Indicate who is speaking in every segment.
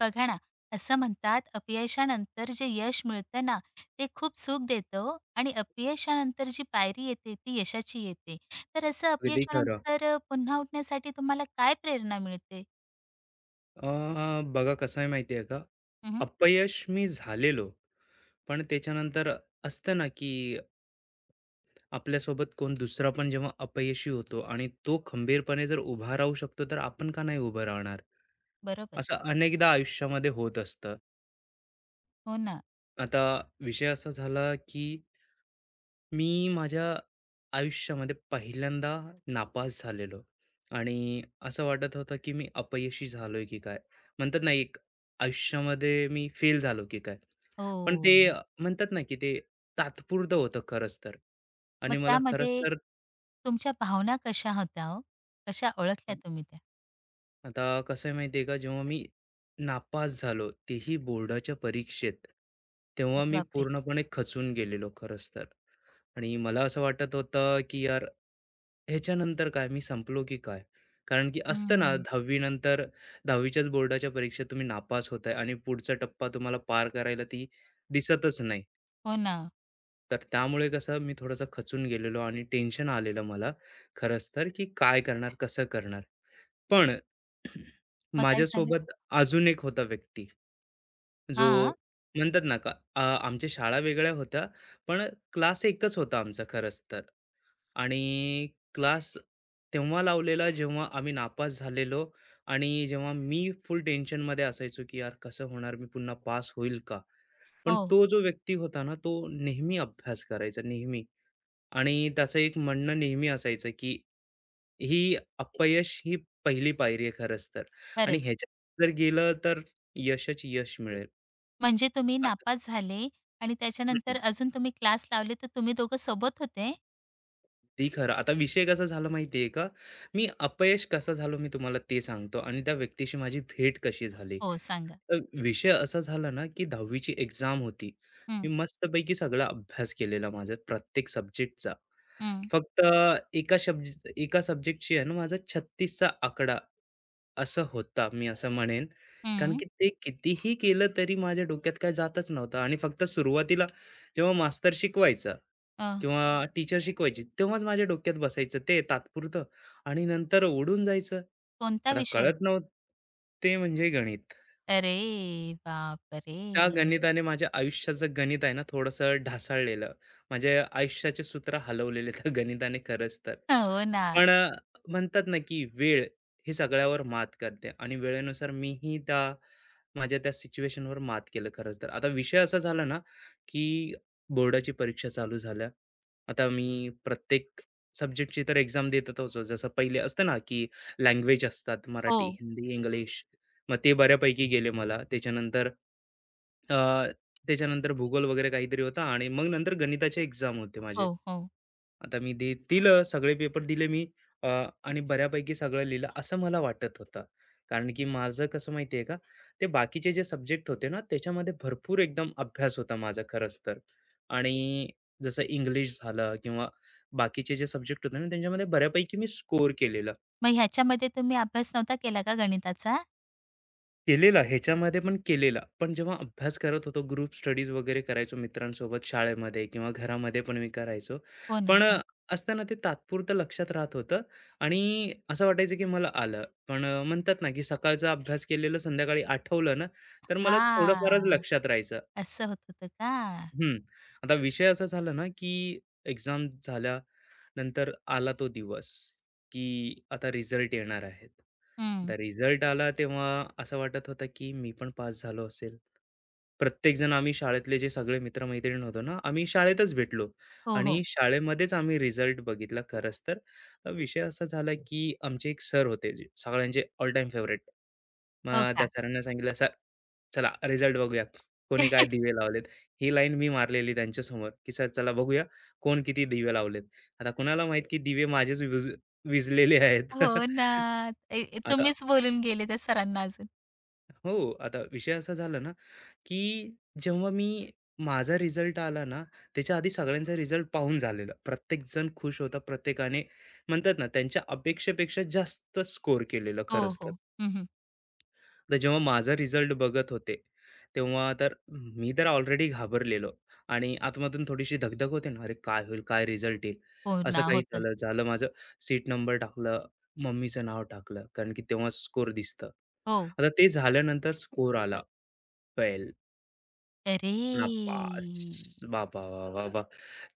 Speaker 1: बघा ना, असं म्हणतात अपयशानंतर जे यश मिळतं ना, ते खूप सुख देतं हो आणि अपयशानंतर जी पायरी येते ती यशाची येते. तर असं
Speaker 2: अगदी खरं.
Speaker 1: अपयशानंतर पुन्हा उठण्यासाठी तुम्हाला काय प्रेरणा मिळते?
Speaker 2: बघा कसं आहे माहिती आहे का?
Speaker 1: हं,
Speaker 2: अपयश मी झालेलो, पण त्याच्यानंतर असतं ना, की आपल्यासोबत कोण दुसरा पण जेव्हा अपयशी होतो आणि तो खंबीरपणे जर उभा राहू शकतो, तर आपण का नाही उभं राहणार?
Speaker 1: बरोबर.
Speaker 2: असं अनेकदा आयुष्यामध्ये होत असतं.
Speaker 1: हो ना.
Speaker 2: आता विषय असा झाला, की मी माझ्या आयुष्यामध्ये पहिल्यांदा नापास झालेलो आणि असं वाटत होतं की मी अपयशी झालोय की काय म्हणतात ना एक आयुष्यामध्ये मी फेल झालो की काय. पण ते
Speaker 1: हो.
Speaker 2: म्हणतात ना की ते तात्पुरतं होतं खरंच तर
Speaker 1: मग
Speaker 2: आणि मला खरंच
Speaker 1: त्यामध्ये
Speaker 2: तर.
Speaker 1: तुमच्या भावना कशा होत्या हो? कशा
Speaker 2: अ,
Speaker 1: ओळखल्या तुम्ही त्या?
Speaker 2: आता कसं आहे माहिती आहे का जेव्हा मी नापास झालो तेही बोर्डाच्या परीक्षेत तेव्हा
Speaker 1: अरे
Speaker 2: मी
Speaker 1: बापरे!
Speaker 2: पूर्णपणे खचून गेलेलो खरंच तर आणि मला असं वाटत होतं, की यार ह्याच्यानंतर काय? मी संपलो की काय? कारण की असतं ना
Speaker 1: हं.
Speaker 2: 10वी नंतर 10वीच्याच बोर्डाच्या परीक्षेत तुम्ही नापास होताय आणि पुढचा टप्पा तुम्हाला पार करायला ती दिसतच नाही.
Speaker 1: हो ना.
Speaker 2: तर त्यामुळे कसं मी थोडासा खचून गेलेलो आणि टेन्शन आलेलं मला खरंच तर, की काय करणार? कसं करणार? पण
Speaker 1: मग काय झालं?
Speaker 2: माझ्यासोबत अजून एक होता व्यक्ती, जो
Speaker 1: हां.
Speaker 2: म्हणतात ना का आमच्या शाळा वेगळ्या होत्या, पण क्लास एकच होता आमचा खरंच तर. आणि क्लास तेव्हा लावलेला जेव्हा आम्ही नापास झालेलो आणि जेव्हा मी फुल टेन्शनमध्ये असायचो की यार कसं होणार मी पुन्हा पास होईल का. पण
Speaker 1: हो.
Speaker 2: तो जो व्यक्ती होता ना तो नेहमी अभ्यास करायचा नेहमी आणि त्याचं एक म्हणणं नेहमी असायचं की ही अपयश ही पहिली पायरी आहे खरंच तर आणि
Speaker 1: खरंच.
Speaker 2: ह्याच्यात जर गेलं तर यशच यश मिळेल.
Speaker 1: म्हणजे तुम्ही
Speaker 2: आता-
Speaker 1: नापास झाले आणि त्याच्यानंतर अजून तुम्ही क्लास लावले, तर तुम्ही दोघं सोबत होते?
Speaker 2: ते खरं. आता विषय कसा झाला माहिती आहे का? मी अपयश कसा झालो मी तुम्हाला ते सांगतो आणि त्या व्यक्तीशी माझी भेट कशी झाली.
Speaker 1: हो, सांगा.
Speaker 2: तर विषय असा झाला ना, की 10वी ची एक्झाम होती.
Speaker 1: हं,
Speaker 2: मी मस्तपैकी सगळा अभ्यास केलेला माझा प्रत्येक सब्जेक्टचा.
Speaker 1: हं,
Speaker 2: फक्त एका सब्जेक्टची आहे ना माझा 36 आकडा असं होता, मी असं म्हणेन. कारण
Speaker 1: हं.
Speaker 2: की ते कितीही केलं तरी माझ्या डोक्यात काय जातच नव्हतं आणि फक्त सुरुवातीला जेव्हा मास्तर शिकवायचा
Speaker 1: अ,
Speaker 2: किंवा टीचर शिकवायची, तेव्हाच माझ्या डोक्यात बसायचं ते तात्पुरतं आणि नंतर उडून जायचं.
Speaker 1: कोणता
Speaker 2: आता
Speaker 1: विषय?
Speaker 2: कळत नव्हतं ते म्हणजे गणित.
Speaker 1: अरे बापरे!
Speaker 2: त्या गणिताने माझ्या आयुष्याचं गणित आहे ना, थोडंसं ढासळलेलं. माझे आयुष्याचे सूत्र हलवलेले त्या गणिताने खरंच तर.
Speaker 1: हो ना.
Speaker 2: पण म्हणतात ना, की वेळ हे सगळ्यावर मात करते आणि वेळेनुसार मीही त्या माझ्या त्या सिच्युएशनवर मात केलं खरंच तर. आता विषय असा झाला ना, की बोर्डाची परीक्षा चालू झाल्या. आता मी प्रत्येक सब्जेक्टची तर एक्झाम देतच होतो. जसं पहिले असतं ना, की लँग्वेज असतात मराठी,
Speaker 1: हो,
Speaker 2: हिंदी, इंग्लिश. मग ते बऱ्यापैकी गेले मला. त्याच्यानंतर अ, त्याच्यानंतर भूगोल वगैरे काहीतरी होता आणि मग नंतर गणिताचे एक्झाम होते माझे.
Speaker 1: हो, हो.
Speaker 2: आता मी दिलं सगळे पेपर दिले मी अ, आणि बऱ्यापैकी सगळं लिहिलं असं मला वाटत होतं. कारण की माझं कसं माहिती का, ते बाकीचे जे सब्जेक्ट होते ना, त्याच्यामध्ये भरपूर एकदम अभ्यास होता माझा खरंच तर. आणि जसं इंग्लिश झालं किंवा बाकीचे जे सब्जेक्ट होते ना, त्यांच्यामध्ये बऱ्यापैकी मी स्कोर केलेलं.
Speaker 1: मग ह्याच्यामध्ये तुम्ही अभ्यास नव्हता केला का गणिताचा?
Speaker 2: केलेला ह्याच्यामध्ये पण केलेला. पण जेव्हा अभ्यास करत होतो, ग्रुप स्टडीज वगैरे करायचो मित्रांसोबत शाळेमध्ये किंवा घरामध्ये पण मी करायचो.
Speaker 1: हो ना.
Speaker 2: पण असताना ते तात्पुरतं लक्षात राहत होतं आणि असं वाटायचं की मला आलं. पण म्हणतात ना की सकाळचा अभ्यास केलेलं संध्याकाळी आठवलं ना, तर मला थोडंफारच
Speaker 1: हां,
Speaker 2: लक्षात राहायचं.
Speaker 1: असं होत होतं का?
Speaker 2: हं. आता विषय असा झाला ना की एक्झाम झाल्या नंतर आला तो दिवस, की आता रिझल्ट येणार आहेत.
Speaker 1: हं.
Speaker 2: तर रिझल्ट आला तेव्हा असं वाटत होतं, की मी पण पास झालो असेल. प्रत्येकजण आम्ही शाळेतले जे सगळे मित्र-मैत्रीण होतो ना, आम्ही शाळेतच भेटलो
Speaker 1: हो, हो.
Speaker 2: आणि शाळेमध्येच आम्ही रिझल्ट बघितला खरंच तर. विषय असा झाला, की आमचे एक सर होते जे सगळ्यांचे ऑल टाईम फेव्हरेट.
Speaker 1: हो
Speaker 2: मग त्या
Speaker 1: का?
Speaker 2: सरांना सांगितलं, "सर, चला रिझल्ट बघूया. कोणी काय दिवे लावलेत." ही लाईन मी मारलेली त्यांच्यासमोर, की "सर, चला बघूया कोण किती दिवे लावलेत." आता कुणाला माहित की दिवे माझेच विझलेले आहेत.
Speaker 1: हो ना. ए
Speaker 2: आता
Speaker 1: तुम्हीच बोलून गेले त्या सरांना अजून.
Speaker 2: हो, आता विषय असा झाला ना, की जेव्हा मी माझा रिझल्ट आला ना, त्याच्या आधी सगळ्यांचा रिझल्ट पाहून झालेला. प्रत्येकजण खुश होता. प्रत्येकाने म्हणतात ना, त्यांच्या अपेक्षेपेक्षा जास्त स्कोर केलेलं
Speaker 1: हो,
Speaker 2: खरंच तर.
Speaker 1: हो. हं, हं.
Speaker 2: तर जेव्हा माझा रिझल्ट बघत होते, तेव्हा तर मी तर ऑलरेडी घाबरलेलो आणि आतमधून थोडीशी धगधग होते ना, "अरे काय होईल? काय रिझल्ट येईल?"
Speaker 1: हो
Speaker 2: असं
Speaker 1: ना,
Speaker 2: काही
Speaker 1: होतं.
Speaker 2: झालं. झालं माझं सीट नंबर टाकलं, मम्मीचं नाव टाकलं, कारण की तेव्हा स्कोर दिसतं.
Speaker 1: हो.
Speaker 2: आता ते झाल्यानंतर स्कोर आला फेल,
Speaker 1: अरे!
Speaker 2: नापास. बाबा, बाबा, बाबा!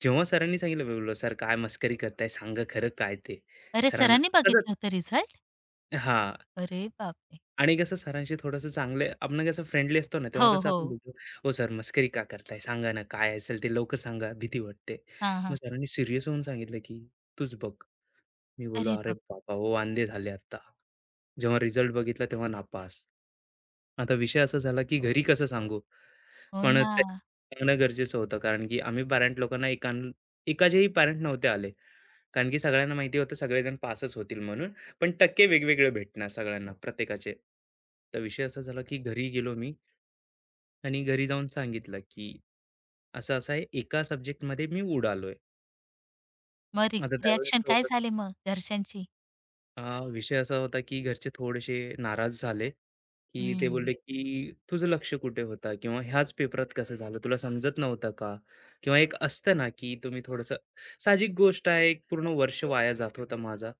Speaker 2: जेव्हा सरांनी सांगितलं, बोललो, "सर काय मस्करी करताय? सांगा खरं काय ते?"
Speaker 1: अरे,
Speaker 2: सरांना
Speaker 1: सरांनी
Speaker 2: कसं
Speaker 1: बघितलं होतं रिझल्ट?
Speaker 2: हां.
Speaker 1: अरे बापरे!
Speaker 2: आणि कसं सरांशी थोडंसं चांगले आपण कसं फ्रेंडली असतो ना, तेव्हा
Speaker 1: हो,
Speaker 2: कसं
Speaker 1: हो.
Speaker 2: आपण बोलतो, "हो सर मस्करी का करताय? सांगा ना काय असेल ते लवकर सांगा, भीती वाटते."
Speaker 1: हां,
Speaker 2: मग
Speaker 1: हां.
Speaker 2: सरांनी सीरियस होऊन सांगितलं, की "तूच बघ." मी बोललो,
Speaker 1: अरे
Speaker 2: "अरे
Speaker 1: बाप
Speaker 2: बाबा! ओ अंधे झाले आता." जेव्हा रिझल्ट बघितला तेव्हा नापास. आता विषय असा झाला, की घरी कसं सांगू?
Speaker 1: हो
Speaker 2: पण
Speaker 1: ना.
Speaker 2: ते सांगणं गरजेचं होतं कारण की आम्ही पॅरेंट लोकांना एकाचेही पॅरेंट नव्हते आले. कारण की सगळ्यांना माहिती होतं सगळेजण पासच होतील म्हणून, पण टक्के वेगवेगळे भेटणार सगळ्यांना प्रत्येकाचे. तर विषय असा झाला की घरी गेलो मी आणि घरी जाऊन सांगितलं की असं-असं आहे, एका सब्जेक्टमध्ये मी उडालोय.
Speaker 1: मग
Speaker 2: आता त्यावेळेस
Speaker 1: रिएक्शन काय
Speaker 2: थोडं
Speaker 1: झाले मग घरच्यांची?
Speaker 2: अ, विषय असा होता की घरचे थोडेसे नाराज झाले, की ते
Speaker 1: हं.
Speaker 2: बोलले की "तुझं लक्ष कुठे होता?" किंवा "ह्याच पेपरात कसं झालं? तुला समजत नव्हतं का?" किंवा एक असतं ना की तुम्ही थोडंसं साहजिक गोष्ट आहे, एक पूर्ण वर्ष वाया जात होता माझा.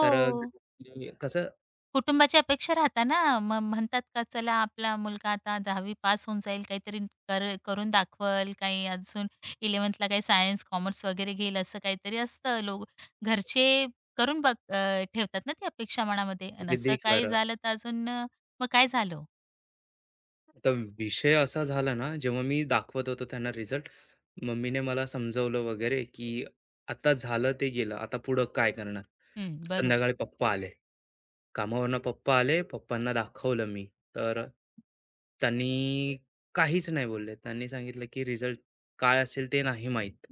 Speaker 2: तर घरी कसं.
Speaker 1: कुटुंबाची अपेक्षा राहता ना. मग म्हणतात का चला आपला मुलगा आता 10वी पास होऊन जाईल, काहीतरी करून दाखवल, काही अजून 11वीला काही सायन्स, कॉमर्स वगैरे घेईल असं काहीतरी असतं. लोक घरचे करून बघ ठेवतात ना ती अपेक्षा मनामध्ये आणि
Speaker 2: अगदी
Speaker 1: असं काही
Speaker 2: खरं.
Speaker 1: झालं तर अजून. मग काय झालं?
Speaker 2: तर विषय असा झाला ना, जेव्हा मी दाखवत होतो त्यांना रिझल्ट, मम्मीने मला समजवलं वगैरे, की "आता झालं ते गेलं, आता पुढं काय करणार?"
Speaker 1: हं, बरोबर.
Speaker 2: संध्याकाळी पप्पा आले. कामावरनं पप्पा आले, पप्पांना दाखवलं मी. तर त्यांनी काहीच नाही बोलले. त्यांनी सांगितलं, की "रिझल्ट काय असेल ते नाही माहीत."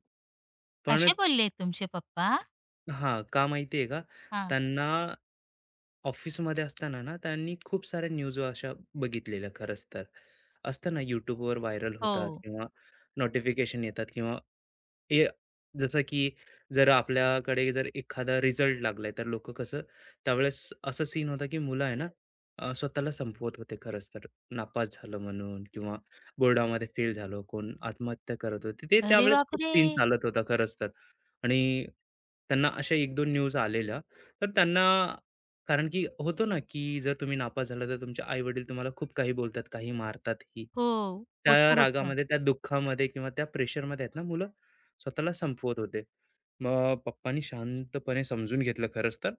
Speaker 2: पण
Speaker 1: असे बोलले तुमचे पप्पा?
Speaker 2: हां, का माहिती आहे का?
Speaker 1: हां.
Speaker 2: त्यांना ऑफिसमध्ये असताना ना, त्यांनी खूप साऱ्या न्यूज अशा बघितलेल्या खरंच तर. असतं ना YouTubeवर व्हायरल
Speaker 1: हो.
Speaker 2: होतात किंवा नोटिफिकेशन येतात किंवा ए जसं की जर आपल्याकडे जर एखादा रिझल्ट लागलाय, तर लोकं कसं त्यावेळेस असा सीन होता की मुलं आहे ना, स्वतःला संपवत होते खरंच तर. नापास झालं म्हणून किंवा बोर्डामध्ये फेल झालो, कोण आत्महत्या करत होते. ते
Speaker 1: अरे
Speaker 2: त्यावेळेस खूप
Speaker 1: बापरे!
Speaker 2: सीन चालत होता खरंच तर. आणि त्यांना अशा एक 2 न्यूज आलेल्या. तर त्यांना कारण की होतो ना, की जर तुम्ही नापास झाला तर तुमचे आई-वडील तुम्हाला खूप काही बोलतात, काही मारतात ही.
Speaker 1: हो,
Speaker 2: त्या
Speaker 1: होतं, होतं.
Speaker 2: रागामध्ये, त्या दुःखामध्ये किंवा त्या प्रेशरमध्ये आहेत ना मुलं स्वतःला संपवत होते. मग पप्पांनी शांतपणे समजून घेतलं खरंच तर.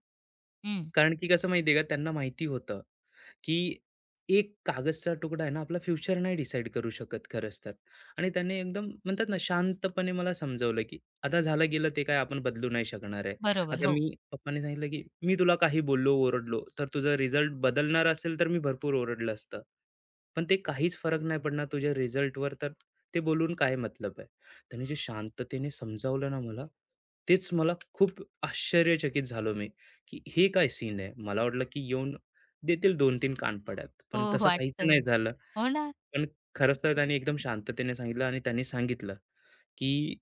Speaker 1: हं,
Speaker 2: कारण की कसं माहिती का, त्यांना माहिती होतं, की एक कागदचा तुकडा आहे ना आपला फ्युचर नाही डिसाईड करू शकत खरंच तर. आणि त्याने एकदम म्हणतात ना शांतपणे मला समजवलं, आता झालं गेलं ते काय आपण बदलू नाही शकणार आहे.
Speaker 1: बरोबर.
Speaker 2: आता
Speaker 1: हो,
Speaker 2: मी पप्पांनी सांगितलं, की "मी तुला काही बोललो, ओरडलो, तर तुझा रिझल्ट बदलणार असेल तर मी भरपूर ओरडलं असतं. पण ते काहीच फरक नाही पडणार तुझ्या रिझल्टवर, तर ते बोलून काय मतलब आहे?" त्याने जे शांततेने समजावलं ना मला, तेच मला खूप आश्चर्यचकित झालो मी, की हे काय सीन आहे? मला वाटलं, की येऊन देतील 2-3 कानफड्यात,
Speaker 1: हो
Speaker 2: पण तसं काहीच नाही
Speaker 1: वाटतं.
Speaker 2: झालं.
Speaker 1: हो ना.
Speaker 2: पण खरंच तर त्याने एकदम शांततेने सांगितलं आणि त्यांनी सांगितलं की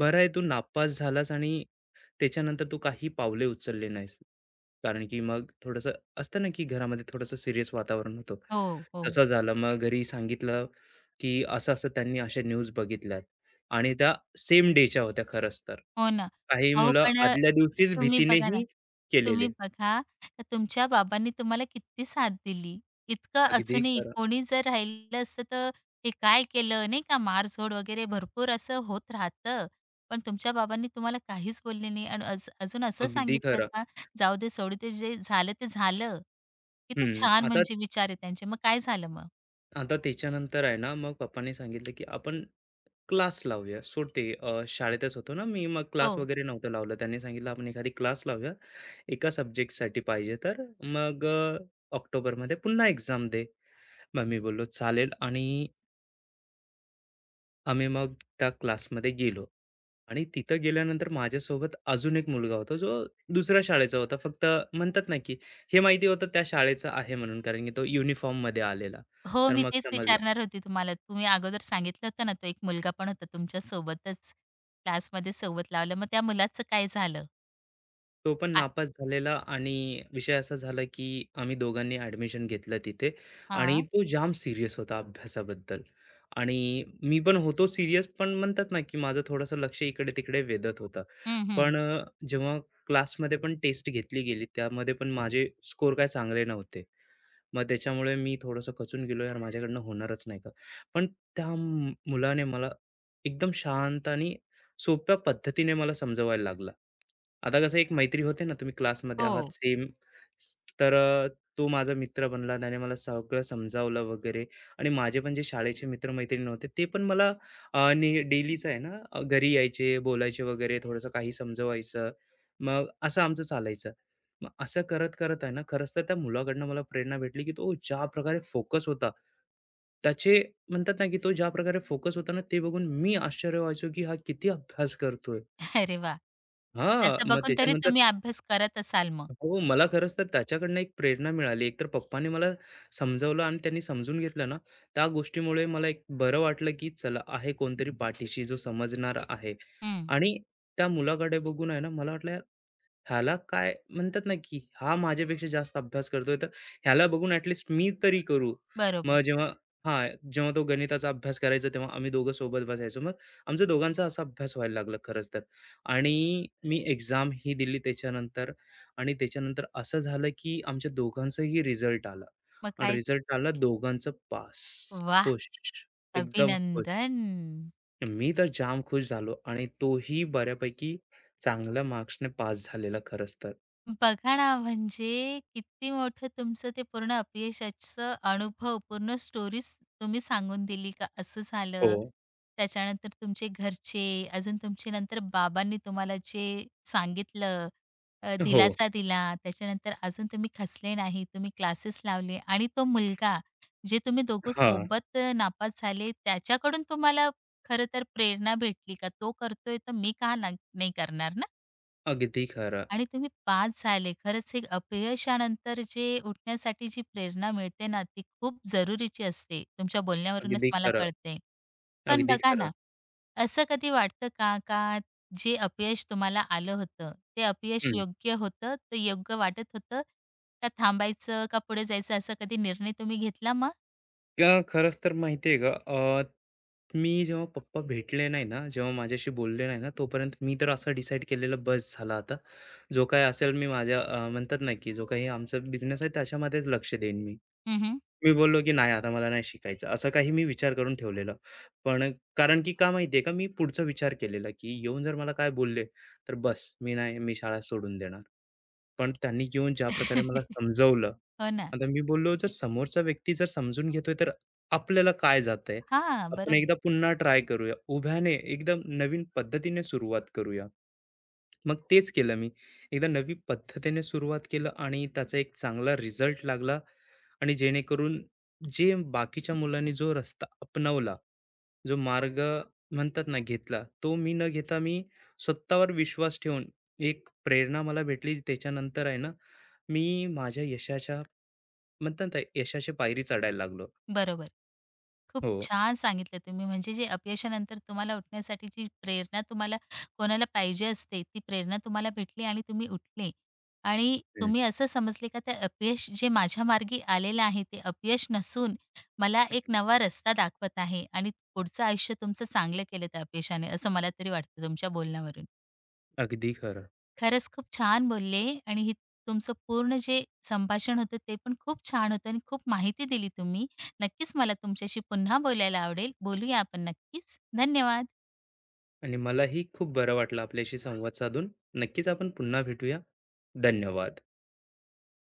Speaker 2: बरं आहे तू नापास झालास आणि त्याच्यानंतर तू काही पावले उचलले नाहीस. कारण की मग थोडंसं असतं ना, की घरामध्ये थोडंसं सीरियस वातावरण होतं.
Speaker 1: हो, हो.
Speaker 2: तसं झालं. मग घरी सांगितलं, की असं-असं त्यांनी अशा न्यूज बघितल्यात आणि त्या सेम डेच्या होत्या खरंच तर.
Speaker 1: हो ना.
Speaker 2: काही
Speaker 1: अहो,
Speaker 2: मुलं
Speaker 1: पण
Speaker 2: आदल्या दिवशीच
Speaker 1: तुम्ही बघा ना,
Speaker 2: भीतीनेही
Speaker 1: तुम्ही
Speaker 2: केलेले.
Speaker 1: बघा तर तुमच्या बाबांनी तुम्हाला किती साथ दिली. इतकं
Speaker 2: अगदी
Speaker 1: असूनही
Speaker 2: खरं,
Speaker 1: कोणी जर राहिलं असतं तर हे काय केलं नाही का, मारझोड वगैरे भरपूर असं होत राहतं. पण तुमच्या बाबांनी तुम्हाला काहीच बोलले नाही आणि अजून असं
Speaker 2: अगदी
Speaker 1: सांगितलं
Speaker 2: खरं.
Speaker 1: का, "जाऊ दे, सोडू दे, जे झालं ते झालं." किती
Speaker 2: हं.
Speaker 1: छान
Speaker 2: आता
Speaker 1: म्हणजे विचार आहे त्यांचे. मग काय झालं मग?
Speaker 2: आता त्याच्यानंतर आहे ना, मग पप्पांनी सांगितलं, की आपण क्लास लावूया. सोड ते शाळेतच होतो ना मी, मग क्लास
Speaker 1: हो.
Speaker 2: वगैरे नव्हतं लावलं. त्यांनी सांगितलं, "आपण एखादी क्लास लावूया, एका सब्जेक्टसाठी पाहिजे तर. मग ऑक्टोबरमध्ये पुन्हा एक्झाम दे." मग मी बोललो, "चालेल." आणि आम्ही मग त्या क्लासमध्ये गेलो आणि तिथं गेल्यानंतर माझ्यासोबत अजून एक मुलगा होता, जो दुसऱ्या शाळेचा होता. फक्त म्हणतात ना, की हे माहिती होतं त्या शाळेचा आहे म्हणून, कारण की तो युनिफॉर्ममध्ये आलेला.
Speaker 1: हो,
Speaker 2: तर
Speaker 1: मी
Speaker 2: मग
Speaker 1: तेच
Speaker 2: समजलं
Speaker 1: विचारणार होती तुम्हाला. तुम्ही अगोदर सांगितलं होतं ना, तो एक मुलगा पण होता तुमच्या सोबतच, क्लासमध्ये सोबत लावलं. मग त्या मुलाचं काय झालं?
Speaker 2: तो पण
Speaker 1: आ
Speaker 2: नापास झालेला आणि विषय असा झाला, की आम्ही दोघांनी ॲडमिशन घेतलं तिथे आणि
Speaker 1: हां.
Speaker 2: तो जाम सीरियस होता अभ्यासाबद्दल आणि मी पण होतो सीरियस पण म्हणतात ना, की माझं थोडंसं लक्ष इकडे-तिकडे वेधत होतं.
Speaker 1: हं, हं.
Speaker 2: पण जेव्हा क्लासमध्ये पण टेस्ट घेतली गेली, त्यामध्ये पण माझे स्कोर काय चांगले नव्हते. मग त्याच्यामुळे मी थोडंसं खचून गेलो, यार माझ्याकडनं होणारच नाही का. पण त्या मुलाने मला एकदम शांत आणि सोप्या पद्धतीने मला समजवायला लागला. आता कसं एक मैत्री होते ना, तुम्ही क्लासमध्ये आहात
Speaker 1: हो.
Speaker 2: सेम तर तो माझा मित्र बनला. त्याने मला सगळं समजावलं वगैरे आणि माझे पण जे शाळेचे मित्र होते, ते पण मला ने डेलीचं आहे ना, घरी यायचे, बोलायचे वगैरे, थोडंसं काही समजवायचं. मग असं आमचं चालायचं. मग असं करत करत आहे ना, खरंच तर त्या मुलाकडनं मला प्रेरणा भेटली, की तो ज्या प्रकारे फोकस होता, त्याचे म्हणतात ना, की तो ज्या प्रकारे फोकस होता ना, ते बघून मी आश्चर्य व्हायचो, की हा किती अभ्यास करतोय.
Speaker 1: अरे वा,
Speaker 2: हां,
Speaker 1: त्याचं
Speaker 2: मग
Speaker 1: बघून तरी
Speaker 2: त्याच्यानंतर
Speaker 1: तुम्ही अभ्यास करत असाल मग.
Speaker 2: हो, मला खरंच तर त्याच्याकडनं एक प्रेरणा मिळाली. एकतर पप्पांनी मला समजावलं आणि त्यांनी समजून घेतलं ना, त्या गोष्टीमुळे मला एक बरं वाटलं, की चला आहे कोणतरी पाठीशी जो समजणारा आहे
Speaker 1: हं.
Speaker 2: आणि त्या मुलाकडे बघून आहे ना, मला वाटलं ह्याला काय म्हणतात ना, की हा माझ्यापेक्षा जास्त अभ्यास करतोय, तर ह्याला बघून ॲटलीस्ट मी तरी करू.
Speaker 1: बरोबर.
Speaker 2: मग जेव्हा हां, जेव्हा तो गणिताचा अभ्यास करायचा, तेव्हा आम्ही दोघं सोबत बसायचो. मग आमचा दोघांचा असा अभ्यास व्हायला लागला खरंच तर. आणि मी एक्झाम ही दिली त्याच्यानंतर आणि त्याच्यानंतर असं झालं, की आमच्या दोघांचाही रिझल्ट आला
Speaker 1: मग
Speaker 2: आणि
Speaker 1: काय
Speaker 2: रिझल्ट आला दोघांचं पास.
Speaker 1: वाह!
Speaker 2: खुश, एकदम खुश.
Speaker 1: अभिनंदन.
Speaker 2: मी तर जाम खुश झालो आणि तोही बऱ्यापैकी चांगल्या मार्क्सने पास झालेला खरंच तर.
Speaker 1: बघा ना, म्हणजे किती मोठं तुमचं ते पूर्ण अपयशाचं अनुभव, पूर्ण स्टोरीच तुम्ही सांगून दिली का असं
Speaker 2: हो,
Speaker 1: झालं. त्याच्यानंतर तुमचे घरचे, अजून तुमचे नंतर बाबांनी तुम्हाला जे सांगितलं,
Speaker 2: हो.
Speaker 1: दिलासा दिला. त्याच्यानंतर अजून तुम्ही खचले नाही, तुम्ही क्लासेस लावले आणि तो मुलगा, जे तुम्ही दोघं
Speaker 2: हां.
Speaker 1: सोबत नापास झाले, त्याच्याकडून तुम्हाला खरं तर प्रेरणा भेटली का? तो करतोय तर मी का ना नाही करणार ना?
Speaker 2: अगदी खरं,
Speaker 1: आणि तुम्ही पास झाले. खरंच एक अपयशानंतर जे उठण्यासाठी जी प्रेरणा मिळते ना, ती खूप जरुरीची असते. तुमच्या बोलण्यावरूनच
Speaker 2: अगदी
Speaker 1: मला
Speaker 2: खरं,
Speaker 1: कळते. पण
Speaker 2: अगदी
Speaker 1: बघा
Speaker 2: खरं.
Speaker 1: ना, असं कधी वाटतं का जे अपयश तुम्हाला आलं होतं, ते अपयश
Speaker 2: हं.
Speaker 1: योग्य होतं, ते योग्य वाटत होतं? का थांबायचं, का पुढे जायचं असा कधी निर्णय तुम्ही घेतला मग?
Speaker 2: का खरंच तर माहिती आहे का. अ, मी जेव्हा पप्पा भेटले नाही ना, जेव्हा माझ्याशी बोलले नाही ना, तोपर्यंत मी तर असं डिसाईड केलेलं बस झाला आता. जो काही असेल मी माझ्या म्हणतात ना, की जो काही आमचा बिझनेस आहे त्याच्यामध्येच लक्ष देईन मी.
Speaker 1: हं,
Speaker 2: मी बोललो, की नाही आता मला नाही शिकायचं. असं काही मी विचार करून ठेवलेला. पण कारण की का माहिती का, मी पुढचा विचार केलेला, की येऊन जर मला काय बोलले, तर बस मी नाही, मी शाळा सोडून देणार. पण त्यांनी येऊन ज्या प्रकारे मला समजवलं,
Speaker 1: हो ना.
Speaker 2: आता मी बोललो जर समोरचा व्यक्ती जर समजून घेतोय तर आपल्याला काय जातंय?
Speaker 1: हां,
Speaker 2: आपण
Speaker 1: बरोबर.
Speaker 2: एकदा पुन्हा ट्राय करूया. उभ्याने एकदम नवीन पद्धतीने सुरुवात करूया. मग तेच केलं मी. एकदा नवी पद्धतीने सुरुवात केलं आणि त्याचा एक चांगला रिझल्ट लागला आणि जेणेकरून जे बाकीच्या मुलांनी जो रस्ता अपनावला, जो मार्ग म्हणतात ना घेतला, तो मी न घेता मी स्वतःवर विश्वास ठेवून एक प्रेरणा मला भेटली. त्याच्यानंतर आहे ना, मी माझ्या यशाच्या म्हणतात ना, यशाची पायरी चढायला लागलो.
Speaker 1: बरोबर. खूप
Speaker 2: हो.
Speaker 1: छान सांगितलं तुम्ही. म्हणजे जे अपयशानंतर तुम्हाला उठण्यासाठी जी प्रेरणा तुम्हाला कोणाला पाहिजे असते, ती प्रेरणा तुम्हाला भेटली आणि तुम्ही उठले. आणि तुम्ही असं समजले का ते अपयश जे माझ्या मार्गी आलेलं आहे, ते अपयश नसून मला एक
Speaker 2: हं,
Speaker 1: नवा रस्ता दाखवत आहे आणि पुढचं आयुष्य तुमचं चांगलं केलं त्या अपयशाने, असं मला तरी वाटतं तुमच्या बोलण्यावरून.
Speaker 2: अगदी खरं.
Speaker 1: खरंच खूप छान बोलले आणि ही तुमचं पूर्ण जे संभाषण होतं ते पण खूप छान होतं आणि खूप माहिती दिली तुम्ही. नक्कीच मला तुमच्याशी पुन्हा बोलायला आवडेल. बोलूया आपण नक्कीच. धन्यवाद.
Speaker 2: आणि मलाही खूप बरं वाटलं आपल्याशी संवाद साधून. नक्कीच आपण पुन्हा भेटूया. धन्यवाद.